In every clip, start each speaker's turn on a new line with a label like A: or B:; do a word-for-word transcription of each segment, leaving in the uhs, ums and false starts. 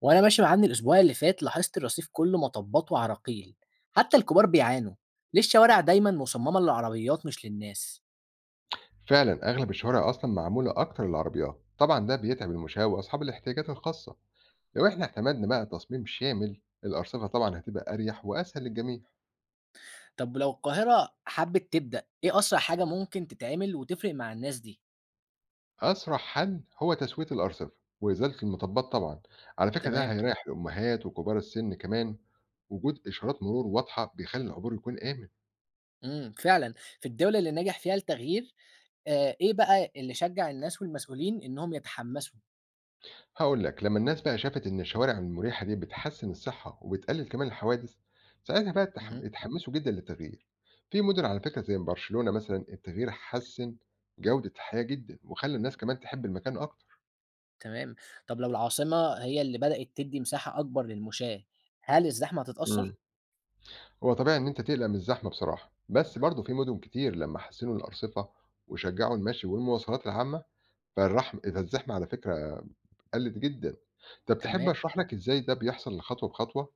A: وانا ماشي مع ابني الاسبوع اللي فات لاحظت الرصيف كله مطبات وعراقيل. حتى الكبار بيعانوا. ليه الشوارع دايما مصممة للعربيات مش للناس؟
B: فعلا أغلب الشوارع أصلا معمولة أكتر للعربيات، طبعا ده بيتعب المشاة وأصحاب الاحتياجات الخاصة. لو احنا اعتمدنا بقى تصميم شامل الأرصفة، طبعا هتبقى أريح وأسهل للجميع.
A: طب لو القاهرة حبت تبدأ، ايه اسرع حاجة ممكن تتعمل وتفرق مع الناس دي؟
B: أسرع حل هو تسوية الأرصفة وإزالة المطبات طبعا. على فكرة ده
A: تمام.
B: هيريح الأمهات وكبار السن كمان. وجود إشارات مرور واضحة بيخلي العبور يكون آمن.
A: امم فعلا. في الدولة اللي نجح فيها التغيير، آه، ايه بقى اللي شجع الناس والمسؤولين انهم يتحمسوا؟
B: هقول لك، لما الناس بقى شافت إن الشوارع المريحة دي بتحسن الصحة وبتقلل كمان الحوادث، ساعتها بقى اتح-
A: امم
B: اتحمسوا جدا للتغيير. في مدن على فكرة زي برشلونة مثلا التغيير حسن جودة الحياة جدا، وخلى الناس كمان تحب المكان أكتر.
A: تمام. طب لو العاصمة هي اللي بدأت تدي مساحة اكبر للمشاة، هل الزحمة هتتأثر؟
B: امم. هو طبيعي إن أنت تقلق من الزحمة بصراحة، بس برضه في مدن كتير لما حسنوا الأرصفة وشجعوا المشي والمواصلات العامة، فالرحم فالزحمة على فكرة قلت جدا. طب تحب
A: تمام.
B: أشرح لك إزاي ده بيحصل خطوة بخطوة؟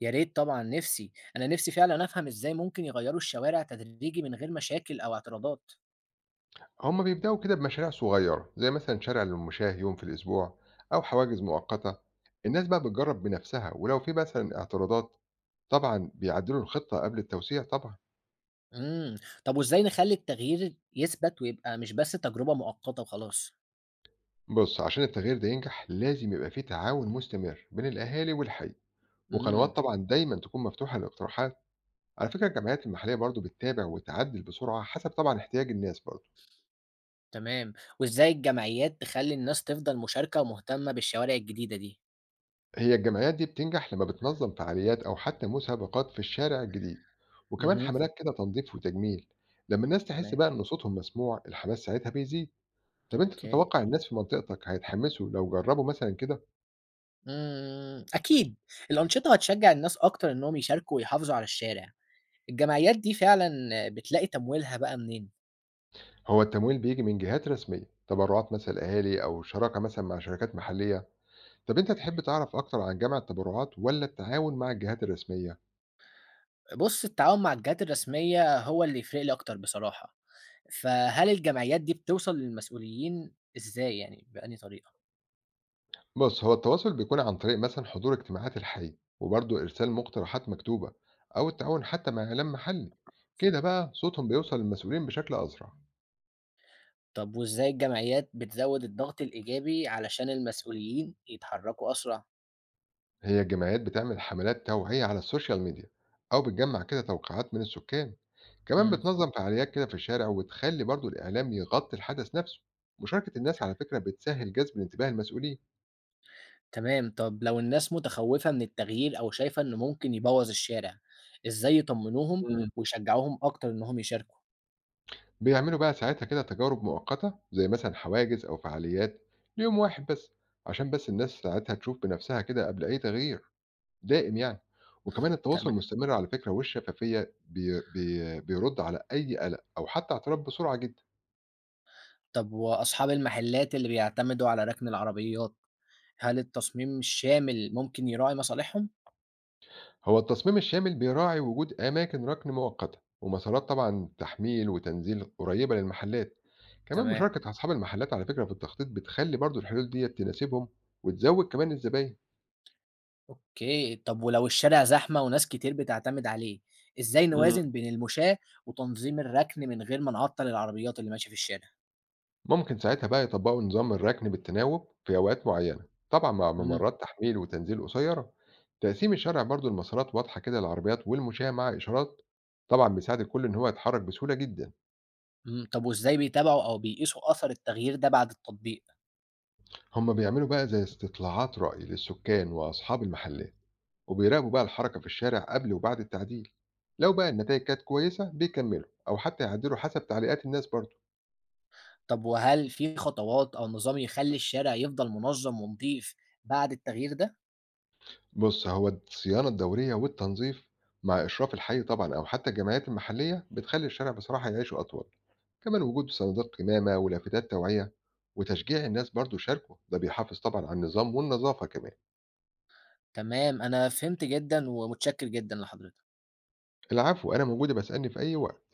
A: يا ريت طبعًا. نِفْسي، أنا نِفْسي فعلًا أفهم إزاي ممكن يغيّروا الشوارع تدريجي من غير مشاكل أو اعتراضات.
B: هما بيبدأوا كده بمشاريع صغيرة زي مثلا شارع للمشاة يوم في الأسبوع، أو حواجز مؤقتة. الناس بقى بتجرب بنفسها، ولو في مثلا اعتراضات طبعا بيعدلوا الخطة قبل التوسيع طبعا.
A: إمم، طَب وإزاي نخلّي التغيير يثبت ويبقى مش بس تجربة مؤقتة وخلاص؟
B: بص، عشان التغيير ده ينجح لازم يبقى فيه تعاون مستمر بين الأهالي والحي،
A: إمم.
B: وقنوات طبعا دايما تكون مفتوحة للاقتراحات. على فكرة الجمعيات المحلية برضو بتتابع وتعدل بسرعة حسب طبعا احتياج الناس برضو.
A: تمام. وإزاي الجمعيات تخلّي الناس تفضل مشاركة ومهتمة بالشوارع الجديدة دي؟
B: هي الجمعيات دي بتنجح لما بتنظم فعاليات أو حتى مسابقات في الشارع الجديد، وكمان
A: اهم.
B: حملات كده تنظيف وتجميل. لما الناس تحس
A: تمام.
B: بقى إن صوتهم مسموع، الحماس ساعتها بيزيد. طب أنت
A: أوكي.
B: تتوقع الناس في منطقتك هيتحمسوا لو جربوا مثلا كده؟
A: إمم، أكيد الأنشطة هتشجّع الناس أكتر إنّهم يشاركوا ويحافظوا على الشارع. الجمعيات دي فعلًا بتلاقي تمويلها بقى منين؟
B: هو التمويل بيجي من جهات رسمية، تبرعات مثلا الأهالي، أو شراكة مثلا مع شركات محلية. طب أنت تحب تعرف أكتر عن جمع التبرعات ولا التعاون مع الجهات الرسمية؟
A: بُص، التعاون مع الجهات الرسمية هو اللي يفرق لي أكتر بصراحة، فهل الجمعيات دي بتوصل للمسؤولين إزاي يعني، بأنهي طريقة؟
B: بص، هو التواصل بيكون عن طريق مثلا حضور اجتماعات الحي، وبرضه إرسال مقترحات مكتوبة، أو التعاون حتى مع إعلام محلي. كده بقى صوتهم بيوصل للمسؤولين بشكل أسرع.
A: طب وإزاي الجمعيات بتزود الضغط الإيجابي علشان المسؤولين يتحركوا أسرع؟
B: هي الجمعيات بتعمل حملات توعية على السوشيال ميديا، أو بتجمع كده توقيعات من السكان، كمان
A: إمم.
B: بتنظم فعاليات كده في الشارع وتخلي برضه الإعلام يغطي الحدث نفسه. مشاركة الناس على فكرة بتسهل جذب الانتباه المسؤولين.
A: تمام. طب لو الناس متخوّفة من التغيير أو شايفة إنه ممكن يبوظ الشارع، إزاي يطمنوهم ويشجعوهم أكتر إنهم يشاركوا؟
B: بيعملوا بقى ساعتها كده تجارب مؤقتة زي مثلا حواجز أو فعاليات ليوم واحد بس، عشان بس الناس ساعتها تشوف بنفسها كده قبل أي تغيير دائم يعني. وكمان التواصل
A: تمام.
B: المستمر على فكرة والشفافية بي بي بيرد على أي قلق أو حتى اعتراض بسرعة جدا.
A: طب وأصحاب المحلات اللي بيعتمدوا على ركن العربيات، هل التصميم الشامل ممكن يراعي مصالحهم؟
B: هو التصميم الشامل بيراعي وجود أماكن ركن مؤقتة، ومسارات طبعا تحميل وتنزيل قريبة للمحلات. كمان
A: تمام.
B: مشاركة أصحاب المحلات على فكرة في التخطيط بتخلي برضو الحلول دي تناسبهم وتزود كمان الزباين.
A: أوكي، طب ولو الشارع زحمة وناس كتير بتعتمد عليه، إزاي نوازن بين المشاة وتنظيم الركن من غير ما نعطل العربيات اللي ماشية في الشارع؟
B: ممكن ساعتها بقى يطبقوا نظام الركن بالتناوب في أوقات معينة، طبعا مع
A: إمم.
B: ممرات تحميل وتنزيل قصيرة. تقسيم الشارع برضو المسارات واضحة كده للعربيات والمشاة مع إشارات طبعا بيساعد الكل إن هو يتحرك بسهولة جدا.
A: إمم، طب وإزاي بيتابعوا أو بيقيسوا أثر التغيير ده بعد التطبيق؟
B: هما بيعملوا بقى زي استطلاعات رأي للسكان وأصحاب المحلات، وبيراقبوا بقى الحركة في الشارع قبل وبعد التعديل. لو بقى النتائج كانت كويسة بيكملوا، أو حتى يعدلوا حسب تعليقات الناس برضو.
A: طب وهل في خطوات أو نظام يخلّي الشارع يفضل منظم ونضيف بعد التغيير ده؟
B: بُص، هو الصيانة الدورية والتنظيف مع إشراف الحي طبعًا أو حتى الجمعيات المحلية بتخلّي الشارع بصراحة يعيش أطول. كمان وجود صندوق قمامة ولافتات توعية وتشجيع الناس برضه يشاركوا، ده بيحافظ طبعًا على النظام والنضافة كمان.
A: تمام، أنا فهمت جدًا ومتشكر جدًا لحضرتك.
B: العفو، أنا موجودة، باسألني في أي وقت.